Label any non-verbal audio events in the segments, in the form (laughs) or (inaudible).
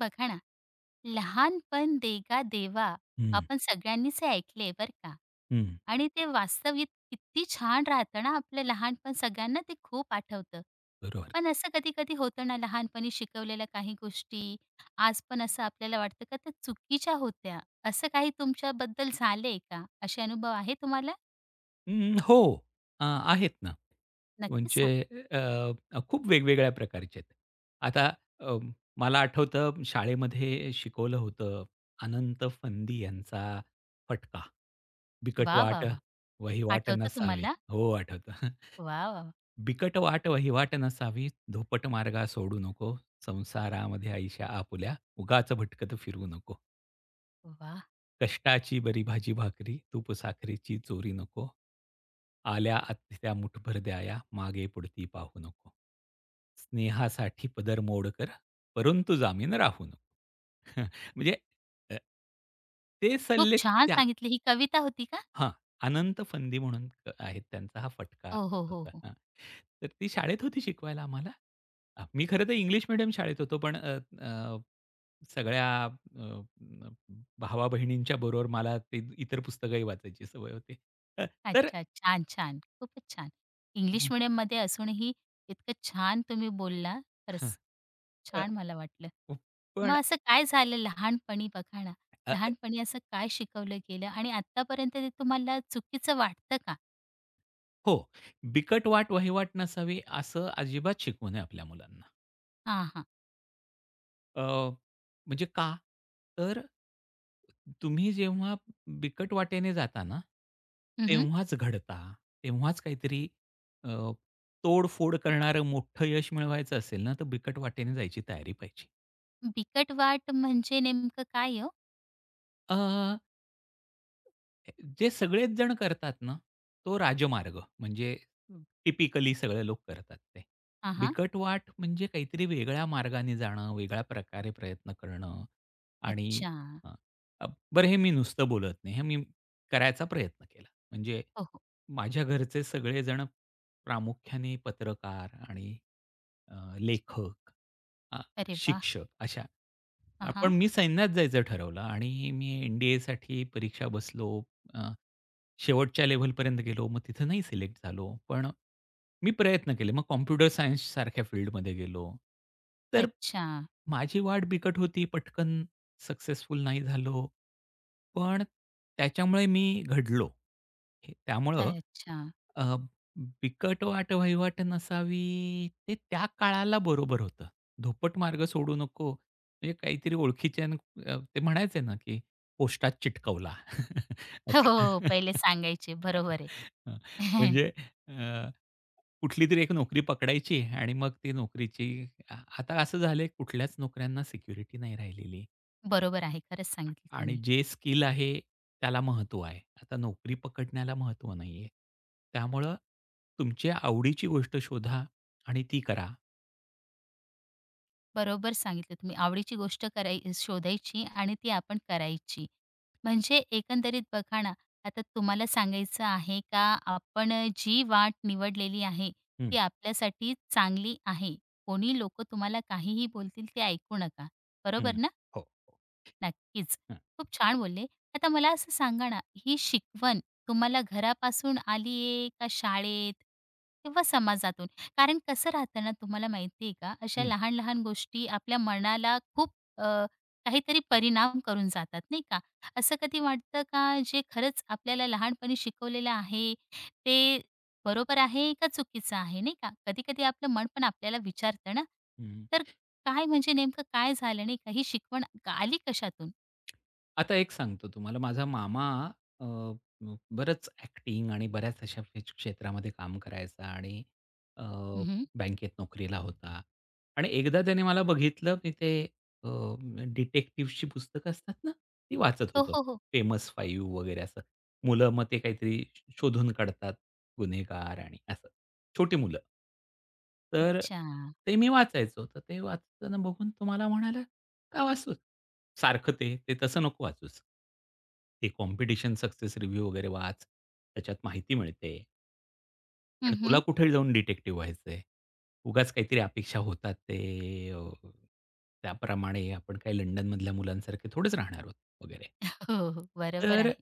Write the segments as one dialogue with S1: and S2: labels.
S1: बघा ना, "लहानपण देगा देवा"
S2: हं,
S1: आपण सगळ्यांनीच हे ऐकले बरं का
S2: हं.
S1: आणि ते वास्तविक किती छान राहतं ना आपलं लहानपण सगळ्यांना ते खूप आठवतं.
S2: बरोबर.
S1: पण असं कधी-कधी होतं ना लहानपणी शिकवलेल्या काही गोष्टी आज पण असं आपल्याला वाटतं का त्या चुकीच्या होत्या. असं काही तुमच्याबद्दल झालंय का? असे अनुभव आहे तुम्हाला?
S2: हो. आहेत ना.
S1: नक्कीच
S2: म्हणजे
S1: सांगा.
S2: खूप वेगवेगळ्या प्रकारचे आहेत. आता अ, मला आठवतं शाळेमध्ये शिकवलं होतं अनंत फंदी यांचा फटका. बिकट
S1: वाह, वाह,
S2: वाट
S1: वाह!
S2: वहिवाट
S1: आठवतं
S2: नसावी.
S1: तुम्हाला?
S2: हो, आठवतं. (laughs)
S1: वाह, वाह, वाह!
S2: बिकट वाट वहिवाट नसावी, धोपट मार्गा सोडू नको, संसारामध्ये आईशा आपुल्या, उगाच भटकत फिरू नको.
S1: वाह!
S2: कष्टाची बरी भाजी भाकरी, तूप साखरेची चोरी नको. आल्या आत्या मुठभर द्याया, मागे पुढती पाहू नको. स्नेहासाठी पदर मोड कर, परंतु जामीन राहू नको. (laughs) म्हणजे अ, ते
S1: खूप
S2: सल्ले
S1: छान
S2: त्या
S1: सांगितली. ही कविता होती का?
S2: हां, अनंत फंदी म्हणून आहेत त्यांचा हा फटका
S1: हो, हो, हो,
S2: होता.
S1: हो.
S2: हां. तर ती शाळेत होती शिकवायला आम्हाला. मी खरं तर इंग्लिश मीडियम शाळेत होतो, पण अ, अ, सगळ्या भावा-बहिणींच्या बरोबर मला ते इतर पुस्तकंही वाचायची सवय होती. अ, तर
S1: अच्छा. छान, छान. खूपच छान. इंग्लिश मीडियममध्ये असूनही इतकं छान तुम्ही बोलला.
S2: हां.
S1: खरंच
S2: अ,
S1: छान मला वाटलं.
S2: पण
S1: मग असं काय झालं लहानपणी बघा ना,
S2: अ,
S1: लहानपणी असं काय शिकवलं गेलं आणि आत्तापर्यंत ते तुम्हाला चुकीचं वाटतं का?
S2: हो, बिकट वाट वहिवाट नसावी असं अजिबात शिकवू नये आपल्या मुलांना.
S1: हां, हां.
S2: अ, म्हणजे का? तर तुम्ही जेव्हा बिकट वाटेने जाता ना,
S1: हं,
S2: तेव्हाच घडता. तेव्हाच काहीतरी अ, तोडफोड करणारं मोठं यश मिळवायचं असेल ना, तर बिकट वाटेने जायची तयारी पाहिजे.
S1: बिकट वाट म्हणजे नेमकं काय हो?
S2: अ जे सगळेच जण करतात ना, तो राजमार्ग म्हणजे टिपिकली सगळे लोक करतात ते.
S1: हां, हां.
S2: बिकट वाट म्हणजे काहीतरी वेगळ्या मार्गाने जाणं, वेगळ्या प्रकारे प्रयत्न करणं आणि
S1: अच्छा.
S2: हां, अ, बरं हे मी नुसतं बोलत नाही. हे मी करायचा प्रयत्न केला. म्हणजे
S1: हो, हो.
S2: माझ्या घरचे सगळेजण प्रामुख्याने पत्रकार आणि लेखक, अ,
S1: अरे वाह!
S2: शिक्षक अशा.
S1: हां,
S2: पण
S1: हां.
S2: मी सैन्यात जायचं ठरवलं आणि मी एन-डी-एसाठी परीक्षा बसलो. अ, शेवटच्या लेव्हलपर्यंत गेलो. मग तिथं नाही सिलेक्ट झालो. पण मी प्रयत्न केले. मग कॉम्प्युटर सायन्ससारख्या फील्डमध्ये गेलो. तर
S1: अच्छा.
S2: माझी वाट बिकट होती. पटकन सक्सेसफुल नाही झालो. पण त्याच्यामुळे मी घडलो. हे त्यामुळं
S1: अच्छा.
S2: बिकट वाट-वहिवाट नसावी, ते त्या काळाला बरोबर होतं. धोपट मार्ग सोडू नको. म्हणजे काहीतरी ओळखीच्या न ते म्हणायचे ना, की पोस्टात चिटकवला. (laughs)
S1: हो,
S2: असं.
S1: हो. हो. पहिले सांगायचे.
S2: (laughs)
S1: बरोबर आहे.
S2: हं,
S1: (laughs)
S2: म्हणजे अ, कुठलीतरी एक नोकरी पकडायची आणि मग ती नोकरीची आ आता असं झालंय, कुठल्याच नोकऱ्यांना सिक्युरिटी नाही राहिलेली.
S1: बरोबर आहे. खरंच सांगितलं
S2: आणि
S1: तुम्ही.
S2: जे स्किल आहे त्याला महत्त्व आहे. आता नोकरी पकडण्याला महत्त्व नाही आहे. त्यामुळं तुमच्या आवडीची गोष्ट शोधा आणि ती करा.
S1: बरोबर सांगितलं तुम्ही. आवडीची गोष्ट कराय शोधायची आणि ती आपण करायची. म्हणजे एकंदरीत बघा ना, आता तुम्हाला सांगायचं आहे का आपण जी वाट निवडलेली आहे,
S2: हं,
S1: ती आपल्यासाठी चांगली आहे. कोणी लोकं तुम्हाला काहीही बोलतील ते ऐकू नका.
S2: हं.
S1: बरोबर ना?
S2: हो, हो.
S1: नक्कीच.
S2: हं,
S1: खूप छान बोलले. आता मला असं सांगा ना, ही शिकवण तुम्हाला घरापासून आली आहे का शाळेत किंवा समाजातून? कारण कसं राहतं ना, तुम्हाला माहिती आहे का, अशा
S2: हं,
S1: लहान-लहान गोष्टी आपल्या मनाला खूप अ, काहीतरी परिणाम करून जातात, नाही का? असं कधी वाटतं का, जे खरंच आपल्याला लहानपणी शिकवलेलं आहे, ते बरोबर आहे का चुकीचं आहे, नाही का? कधी-कधी आपलं मन पण आपल्याला विचारतं ना.
S2: हं.
S1: तर काय म्हणजे नेमकं काय झालं नाही का? ही शिकवण आली कशातून?
S2: आता एक सांगतो तुम्हाला, माझा मामा अ, ब बरंच ॲक्टिंग आणि बऱ्याच अशा क्ष क्षेत्रामध्ये काम करायचा आणि अ,
S1: हं,
S2: बँकेत नोकरीला होता. आणि एकदा त्याने मला बघितलं, मी ते अ, डिटेक्टिव्हची पुस्तकं असतात ना, ती वाचत
S1: हो,
S2: होतो.
S1: हो, हो.
S2: फेमस 5 वगैरे असं. मुलं मग ते काहीतरी शोधून काढतात, गुन्हेगार आणि असं, छोटी मुलं. तर
S1: अच्छा.
S2: ते मी वाचायचो. तर ते वाचताना बघून तो म्हणाला का वाचूच? सारखं ते तसं नको वाचूस. ते कॉम्पिटिशन सक्सेस रिव्ह्यू वगैरे वाच. त्याच्यात माहिती मिळते आणि तुला
S1: हं,
S2: कुठे जाऊन डिटेक्टिव्ह व्हायचंय. उगाच काहीतरी अपेक्षा होतात ते अ, त्याप्रमाणे आपण काही लंडनमधल्या मुलांसारखे थोडेच राहणार आहोत वगैरे.
S1: हो, हो. बरोबर
S2: तर
S1: आहे.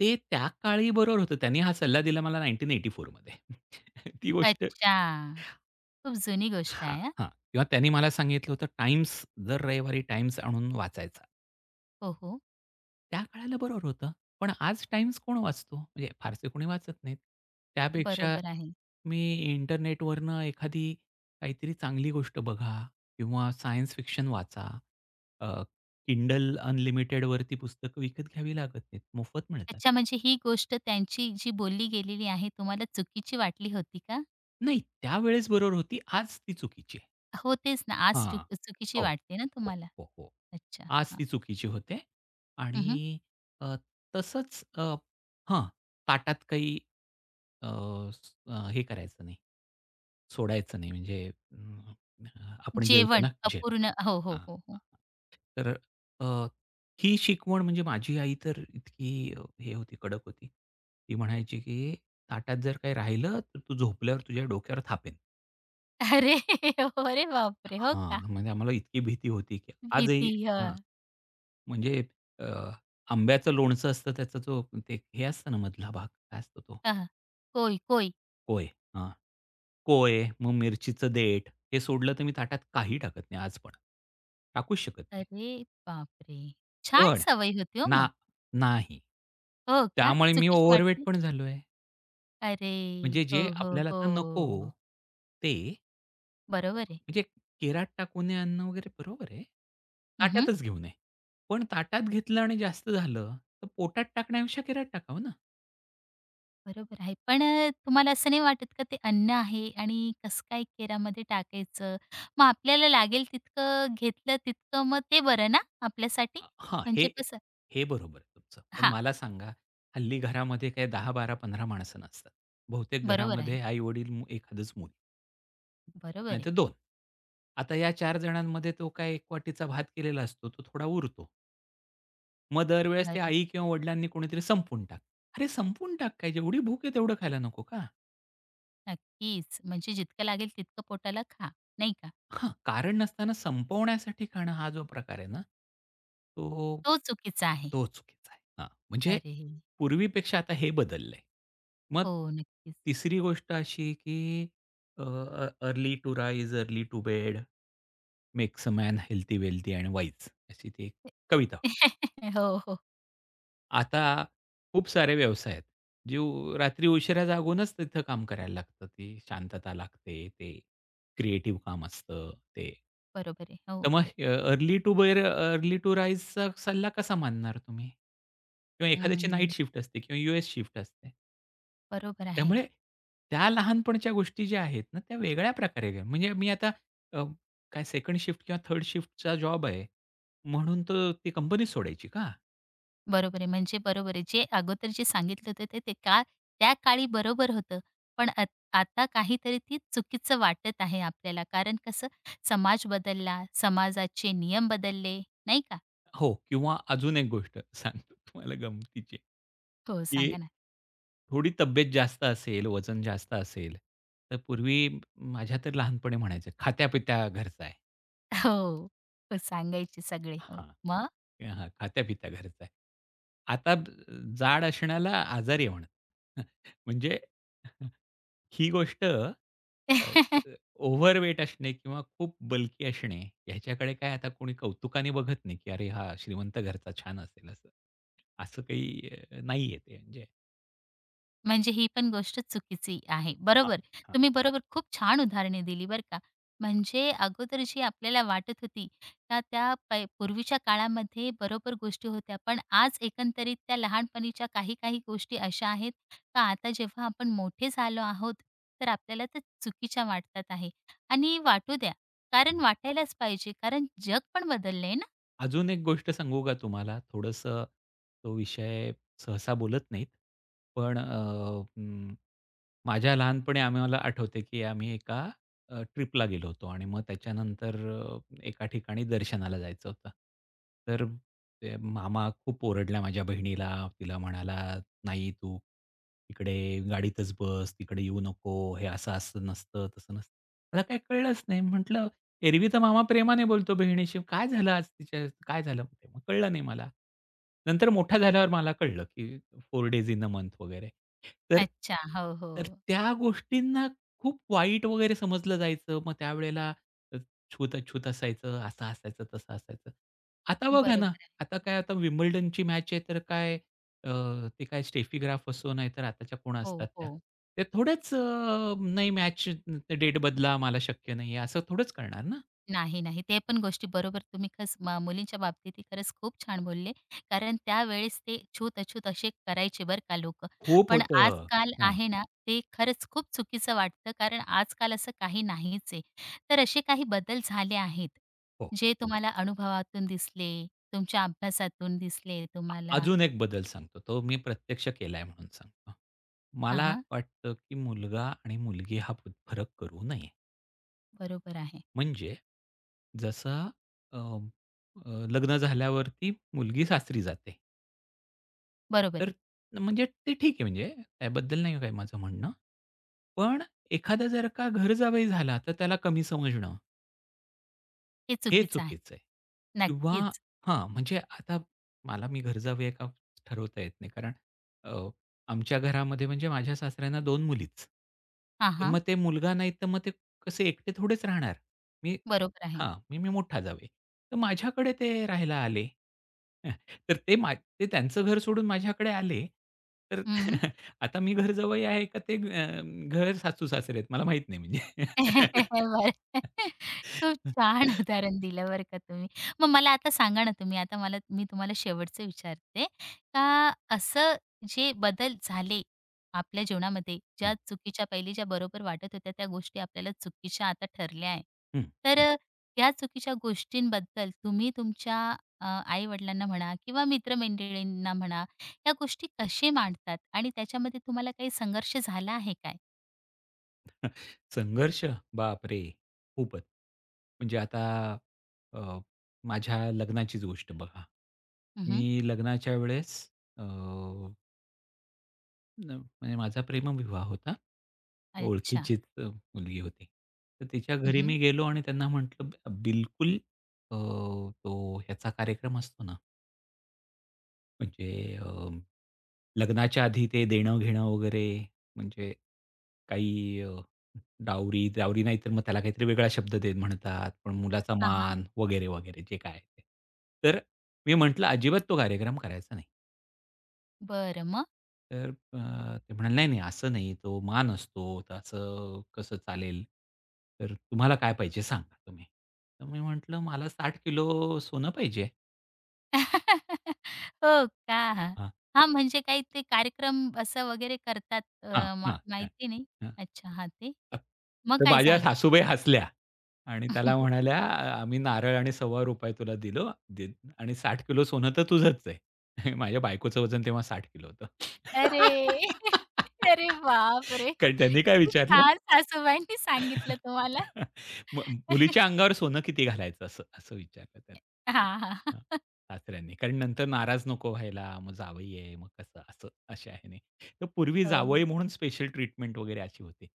S2: ते त्या काळी बरोबर होतं. त्यांनी हा सल्ला दिला मला 1984 मध्ये. (laughs) ती गोष्ट
S1: अच्छा. खूप जुनी गोष्ट
S2: हां,
S1: आहे हां.
S2: हां. किंवा त्यांनी मला सांगितलं होतं टाइम्स दर रविवारी टाइम्स आणून वाचायचा.
S1: हो, हो.
S2: त्या काळाला बरोबर होतं. पण आज टाइम्स कोण वाचतो? म्हणजे फारसे कोणी वाचत नाहीत. त्यापेक्षा
S1: बरोबर आहे.
S2: मी इंटरनेटवरनं एखादी काहीतरी चांगली गोष्ट बघा किंवा सायन्स फिक्शन वाचा. अ, Kindle अनलिमिटेडवरती पुस्तकं विकत घ्यावी लागत नाहीत. मोफत मिळतात.
S1: अच्छा म्हणजे ही गोष्ट त्यांची जी बोलली गेलेली आहे तुम्हाला चुकीची वाटली होती का?
S2: नाही, त्यावेळेस बरोबर होती. आज ती चुकीची आहे.
S1: हो तेच ना. आज
S2: हां.
S1: चुकीची
S2: हो.
S1: वाटते ना
S2: हो,
S1: तुम्हाला?
S2: हो, हो.
S1: अच्छा.
S2: आज
S1: हां.
S2: ती चुकीची होते आणि
S1: हं,
S2: अ, तसंच हां, ताटात काही हे करायचं नाही, सोडायचं नाही म्हणजे अं, आपण जेवतो
S1: जेवण
S2: ना जेव
S1: अपूर्ण हो, हो,
S2: हां,
S1: हो, हो.
S2: हां, हां. तर अ, ही शिकवण म्हणजे माझी आई तर इतकी हे होती, कडक होती. ती म्हणायची, की "ताटात जर काही राहिलं, तर तू झोपल्यावर तुझ्या डोक्यावर थापेन."
S1: अरे! (laughs) अरे बापरे! हो का?
S2: हां, म्हणजे आम्हाला इतकी भीती होती, की आजही
S1: भीती.
S2: हां,
S1: हं.
S2: म्हणजे अ, आंब्याचं लोणचं असतं त्याचा जो ते हे असतं ना मधला भाग, काय असतो तो?
S1: हां. कोय, कोय.
S2: कोय. हां. कोय, मग मिरचीचं देठ हे सोडलं तर मी ताटात काही टाकत नाही आज पण. टाकूच शकत नाही.
S1: अरे बापरे! छान
S2: पण
S1: सवय होती हो
S2: ना
S1: मग.
S2: नाही.
S1: हो का?
S2: त्यामुळे मी
S1: चुकीची
S2: ओव्हरवेट
S1: वाटते,
S2: पण झालोय.
S1: अरे!
S2: म्हणजे
S1: हो,
S2: जे
S1: हो,
S2: आपल्याला आता नको
S1: हो.
S2: ते
S1: बरोबर आहे.
S2: म्हणजे केरात टाकून नये अन्न वगैरे बरोबर आहे.
S1: हं, हं.
S2: ताटातच घेऊ नये. पण ताटात घेतलं आणि जास्त झालं, तर पोटात टाकण्यापेक्षा केरात टाकावं ना.
S1: बरोबर आहे. पण तुम्हाला असं नाही वाटत का ते अन्न आहे आणि कसं काय केरामध्ये टाकायचं? मग आपल्याला लागेल तितकं घेतलं तितकं मग ते बरं ना आपल्यासाठी?
S2: हां, हे
S1: म्हणजे कसं
S2: हे बरोबर आहे तुमचं. पण
S1: हां,
S2: मला सांगा, हल्ली घरामध्ये काही 10, 12, 15 माणसं नसतात. बहुतेक
S1: बरोबर आहे.
S2: घरामध्ये आई-वडील, मु एखादंच मूल.
S1: बरोबर आहे.
S2: नाहीतर दोन आता या चार जणांमध्ये तो काय एक वाटीचा भात केलेला असतो, तो थोडा उरतो. मग दरवेळेस ते
S1: बरं.
S2: आई किंवा वडिलांनी कोणीतरी संपवून टाक. अरे संपवून टाक काय? जेवढी भूक आहे तेवढं खायला नको का?
S1: नक्कीच. म्हणजे जितकं लागेल तितकं पोटाला खा, नाही का?
S2: हां, कारण नसताना संपवण्यासाठी खाणं हा जो प्रकार आहे ना, तो
S1: तो चुकीचा आहे.
S2: तो चुकीचा आहे. हां, म्हणजे
S1: अरे!
S2: पूर्वीपेक्षा आता हे बदललंय. मग
S1: हो, नक्कीच.
S2: तिसरी गोष्ट अशी, की early to rise, early to bed, makes a man healthy, wealthy and wise अशी ती एक कविता.
S1: (laughs) हो, हो.
S2: आता खूप सारे व्यवसाय आहेत. जे उ रात्री उशिरा जागूनच तिथं काम करायला लागतं. ती शांतता लागते. ते क्रिएटिव्ह काम असतं ते.
S1: बरोबर आहे.
S2: तर
S1: हो.
S2: मग early to bed, early to राईजचा सल्ला कसा मानणार तुम्ही? किंवा एखाद्याची नाईट
S1: हं.
S2: शिफ्ट असते किंवा यूएस शिफ्ट असते.
S1: बरोबर आहे.
S2: त्यामुळे त्या लहानपणच्या गोष्टी ज्या आहेत ना, त्या वेगळ्या प्रकारे घ्या. म्हणजे मी आता अ, काय 2nd शिफ्ट किंवा 3rd शिफ्टचा जॉब आहे, म्हणून तर ती कंपनी सोडायची का?
S1: बरोबर आहे. म्हणजे बरोबर आहे. जे अगोदर जे सांगितलं होतं ते, ते का त्या काळी बरोबर होतं. पण आत आता काहीतरी ती चुकीचं वाटत आहे आपल्याला. कारण कसं समाज बदलला, समाजाचे नियम बदलले, नाही का?
S2: हो किंवा अजून एक गोष्ट सांगतो तुम्हाला गमतीची,
S1: हो,
S2: की
S1: सांगा ना.
S2: थोडी तब्येत जास्त असेल, वजन जास्त असेल, तर पूर्वी माझ्या तर लहानपणी म्हणायचं, खात्या घरचा आहे."
S1: हो. हो, सांगायचे सगळे. हो.
S2: हां.
S1: मग?
S2: हां, खात्या घरचा आहे." आता ब- जाड असण्याला आजारी म्हणतात. (laughs) म्हणजे (laughs) ही गोष्ट तर अ,
S1: (laughs)
S2: ओव्हरवेट असणे किंवा खूप बल्की असणे, ह्याच्याकडे काय आता कोणी कौतुकाने बघत नाही, की "अरे हा श्रीमंत घरचा छान असेल." असं. असं काही नाहीये ते म्हणजे.
S1: म्हणजे ही पण गोष्ट चुकीची आहे.
S2: हां,
S1: बरोबर.
S2: हां.
S1: तुम्ही बरोबर खूप छान उदाहरणे दिली बरं का. म्हणजे अगोदर जी आपल्याला वाटत होती का त्या पै पूर्वीच्या काळामध्ये बरोबर गोष्टी होत्या. पण आज एकंदरीत त्या लहानपणीच्या काही-काही गोष्टी अशा आहेत का आता जेव्हा आपण मोठे झालो आहोत, तर आपल्याला त्या चुकीच्या वाटतात आहे. आणि वाटू द्या. कारण वाटायलाच पाहिजे. कारण जग पण बदललंय ना.
S2: अजून एक गोष्ट सांगू का तुम्हाला? थोडंसं तो विषय सहसा बोलत नाहीत. पण अ, अं माझ्या लहानपणी आम्हाला आठवते, की आम्ही एका ट्रिपला गेलो होतो आणि मग त्याच्यानंतर एका ठिकाणी दर्शनाला जायचं होतं. तर ते मामा खूप ओरडल्या माझ्या बहिणीला. तिला म्हणाला, "नाही तू इकडे गाडीतच बस, तिकडे येऊ नको. हे असं असं नसतं, तसं नसतं." मला काही कळलंच नाही. म्हटलं, "एरवी तर मामा प्रेमाने बोलतो बहिणीशी. काय झालं आज तिच्या काय झालं?" मग कळलं नाही मला. नंतर मोठा झाल्यावर मला कळलं, की 4 डेज इन अ मंथ वगैरे. तर
S1: अच्छा. हो, हो.
S2: तर त्या गोष्टींना खूप वाईट वगैरे समजलं जायचं. मग त्यावेळेला अ, छूत-अछूत असायचं, असं असायचं, तसं असायचं. आता बघा ना,
S1: बरोबर.
S2: आता काय आता विम्बल्डनची मॅच आहे तर काय अ, ते काय स्टेफी ग्राफ असो नाहीतर आताच्या कोण
S1: हो,
S2: असतात त्या.
S1: हो.
S2: ते थोडेच नाही मॅच डेट बदला मला शक्य नाहीये असं थोडंच करणार ना.
S1: नाही, नाही. ते पण गोष्टी बरोबर तुम्ही खरंच मुलींच्या बाबतीतही खरंच खूप छान बोलले. कारण त्यावेळेस ते छूत-अछूत असे करायचे बरं का लोकं.
S2: खूप
S1: पण
S2: होतं.
S1: आजकाल
S2: हां,
S1: आहे ना, ते खरंच खूप चुकीचं वाटतं कारण आजकाल असं काही नाहीच आहे. तर असे काही बदल झाले आहेत,
S2: हो.
S1: जे तुम्हाला अनुभवातून दिसले, तुमच्या अभ्यासातून दिसले तुम्हाला?
S2: अजून एक बदल सांगतो. तो मी प्रत्यक्ष केलाय म्हणून सांगतो.
S1: हां,
S2: मला
S1: हां.
S2: वाटतं, की मुलगा आणि मुलगी हा फ- फरक करू नये.
S1: बरोबर आहे.
S2: म्हणजे जसा अ, अ, लग्न झाल्यावरती मुलगी सासरी जाते.
S1: बरोबर
S2: तर
S1: आहे.
S2: म्हणजे ते ठीक आहे म्हणजे त्याबद्दल नाही काही माझं म्हणणं. पण एखादा जर का घर जावई झाला, तर त्याला कमी समजणं
S1: हे
S2: हे
S1: चुकीचं आहे.
S2: चुकीचं आहे. किंवा
S1: नक्कीच.
S2: हां, म्हणजे आता मला मी घर जावया का ठरवता येत नाही. कारण अ, आमच्या घरामध्ये म्हणजे माझ्या सासऱ्यांना दोन मुलीच.
S1: हां,
S2: तर
S1: हां.
S2: मग ते मुलगा नाही तर मग ते कसे एकटे थोडेच राहणार. मी
S1: बरोबर आहे.
S2: हां, मी मी मोठा जावई. तर माझ्याकडे ते राहायला आले. (laughs) तर ते मा ते त्यांचं घर सोडून माझ्याकडे आले. तर
S1: हं.
S2: (laughs) आता मी घर जावई आहे का ते घर सासू-सासरे आहेत मला माहीत नाही म्हणजे.
S1: हो, बरं. खूप
S2: (laughs)
S1: छान उदाहरण दिलं बरं का तुम्ही. मग मला आता सांगा ना तुम्ही आता मला मी तुम्हाला शेवटचं विचारते का असं जे बदल झाले आपल्या जीवनामध्ये,
S2: हं.
S1: ज्या चुकीच्या पहिले ज्या बरोबर वाटत होत्या त्या गोष्टी आपल्याला चुकीच्या आता ठरल्या आहे.
S2: हं,
S1: तर
S2: हं.
S1: या चुकीच्या गोष्टींबद्दल तुम्ही तुमच्या आई-वडिलांना म्हणा किंवा मित्रमंडळींना म्हणा, या गोष्टी कसे मांडतात आणि त्याच्यामध्ये तुम्हाला काही संघर्ष झाला आहे काय?
S2: (laughs) संघर्ष बापरे! खूपच. म्हणजे आता अ, माझ्या लग्नाचीच गोष्ट बघा.
S1: हं,
S2: मी लग्नाच्या वेळेस अ, न म्हणजे माझा प्रेमविवाह होता.
S1: अच्छा.
S2: ओळखीचीच मुलगी होती. तर तिच्या घरी मी गेलो आणि त्यांना म्हटलं बिलकुल अ, तो ह्याचा कार्यक्रम असतो ना, म्हणजे अ, लग्नाच्या आधी ते देणं-घेणं वगैरे म्हणजे काही डावरी, डावरी नाही तर मग त्याला काहीतरी वेगळा शब्द दे म्हणतात. पण मुलाचा
S1: हां, हां.
S2: मान वगैरे, वगैरे जे काय आहे ते. तर मी म्हटलं, "अजिबात तो कार्यक्रम करायचा नाही."
S1: बरं मग?
S2: तर ते म्हणाले, "नाही, नाही असं नाही. तो मान असतो. तर असं कसं चालेल? तर तुम्हाला काय पाहिजे सांगा तुम्ही." तर मी म्हटलं, "मला 60 किलो सोनं पाहिजे."
S1: (laughs) हो का? हां, म्हणजे काही ते कार्यक्रम असं वगैरे करतात
S2: हां,
S1: अ, मा
S2: हां, हां.
S1: माहिती नाही. अच्छा हां, ते.
S2: अ,
S1: मग
S2: तर
S1: काय
S2: माझ्या
S1: झालं?
S2: सासूबाई हसल्या आणि त्याला
S1: (laughs)
S2: म्हणाल्या, "आ आम्ही नारळ आणि ₹125 तुला दिलो दे आणि 60 किलो सोनं तर तुझंच आहे." (laughs) माझ्या बायकोचं वजन तेव्हा 60 किलो होतं.
S1: अरे! (laughs)
S2: (laughs)
S1: अरे बापरे!
S2: कारण त्यांनी काय
S1: किती
S2: विचारलं
S1: छान सासूबाईंनी सांगितलं तुम्हाला.
S2: (laughs) मु मुलीच्या
S1: (laughs)
S2: अंगावर सोनं किती घालायचं असं, असं विचारलं त्यांनी.
S1: हां, हां.
S2: हां,
S1: (laughs)
S2: सासऱ्यांनी. कारण नंतर नाराज नको व्हायला, मग जावई आहे, मग कसं असं अशा ह्याने. तर पूर्वी
S1: हो, हो.
S2: जावई म्हणून स्पेशल ट्रीटमेंट वगैरे अशी होती.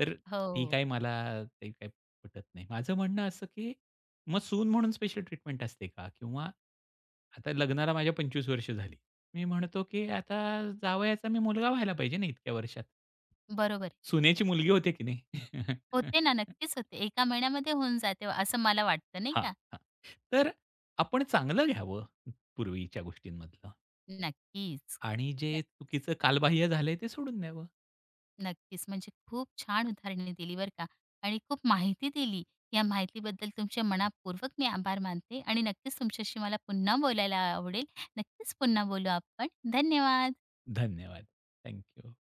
S2: तर ती
S1: हो,
S2: काही मला ते काही पटत नाही. माझं म्हणणं असं, की मग सून म्हणून स्पेशल ट्रीटमेंट असते का? किंवा आता लग्नाला माझ्या 25 वर्ष झाली. मी म्हणतो, की आता जावयाचा मी मुलगा व्हायला पाहिजे ना इतक्या वर्षात.
S1: बरोबर आहे.
S2: सुनेची मुलगी होते की नाही? (laughs)
S1: होते ना, नक्कीच होते. एका महिन्यामध्ये होऊन जाते असं मला वाटतं नाही
S2: हां,
S1: का?
S2: हां. तर आपण चांगलं घ्यावं पूर्वीच्या गोष्टींमधलं
S1: नक्कीच.
S2: आणि जे चुकीचं कालबाह्य झालंय ते सोडून द्यावं.
S1: नक्कीच. म्हणजे खूप छान उदाहरणे दिली बरं का आणि खूप माहिती दिली. या माहितीबद्दल तुमचे मनःपूर्वक मी आभार मानते आणि नक्कीच तुमच्याशी मला पुन्हा बोलायला आवडेल. नक्कीच पुन्हा बोलू आपण. धन्यवाद.
S2: धन्यवाद. थँक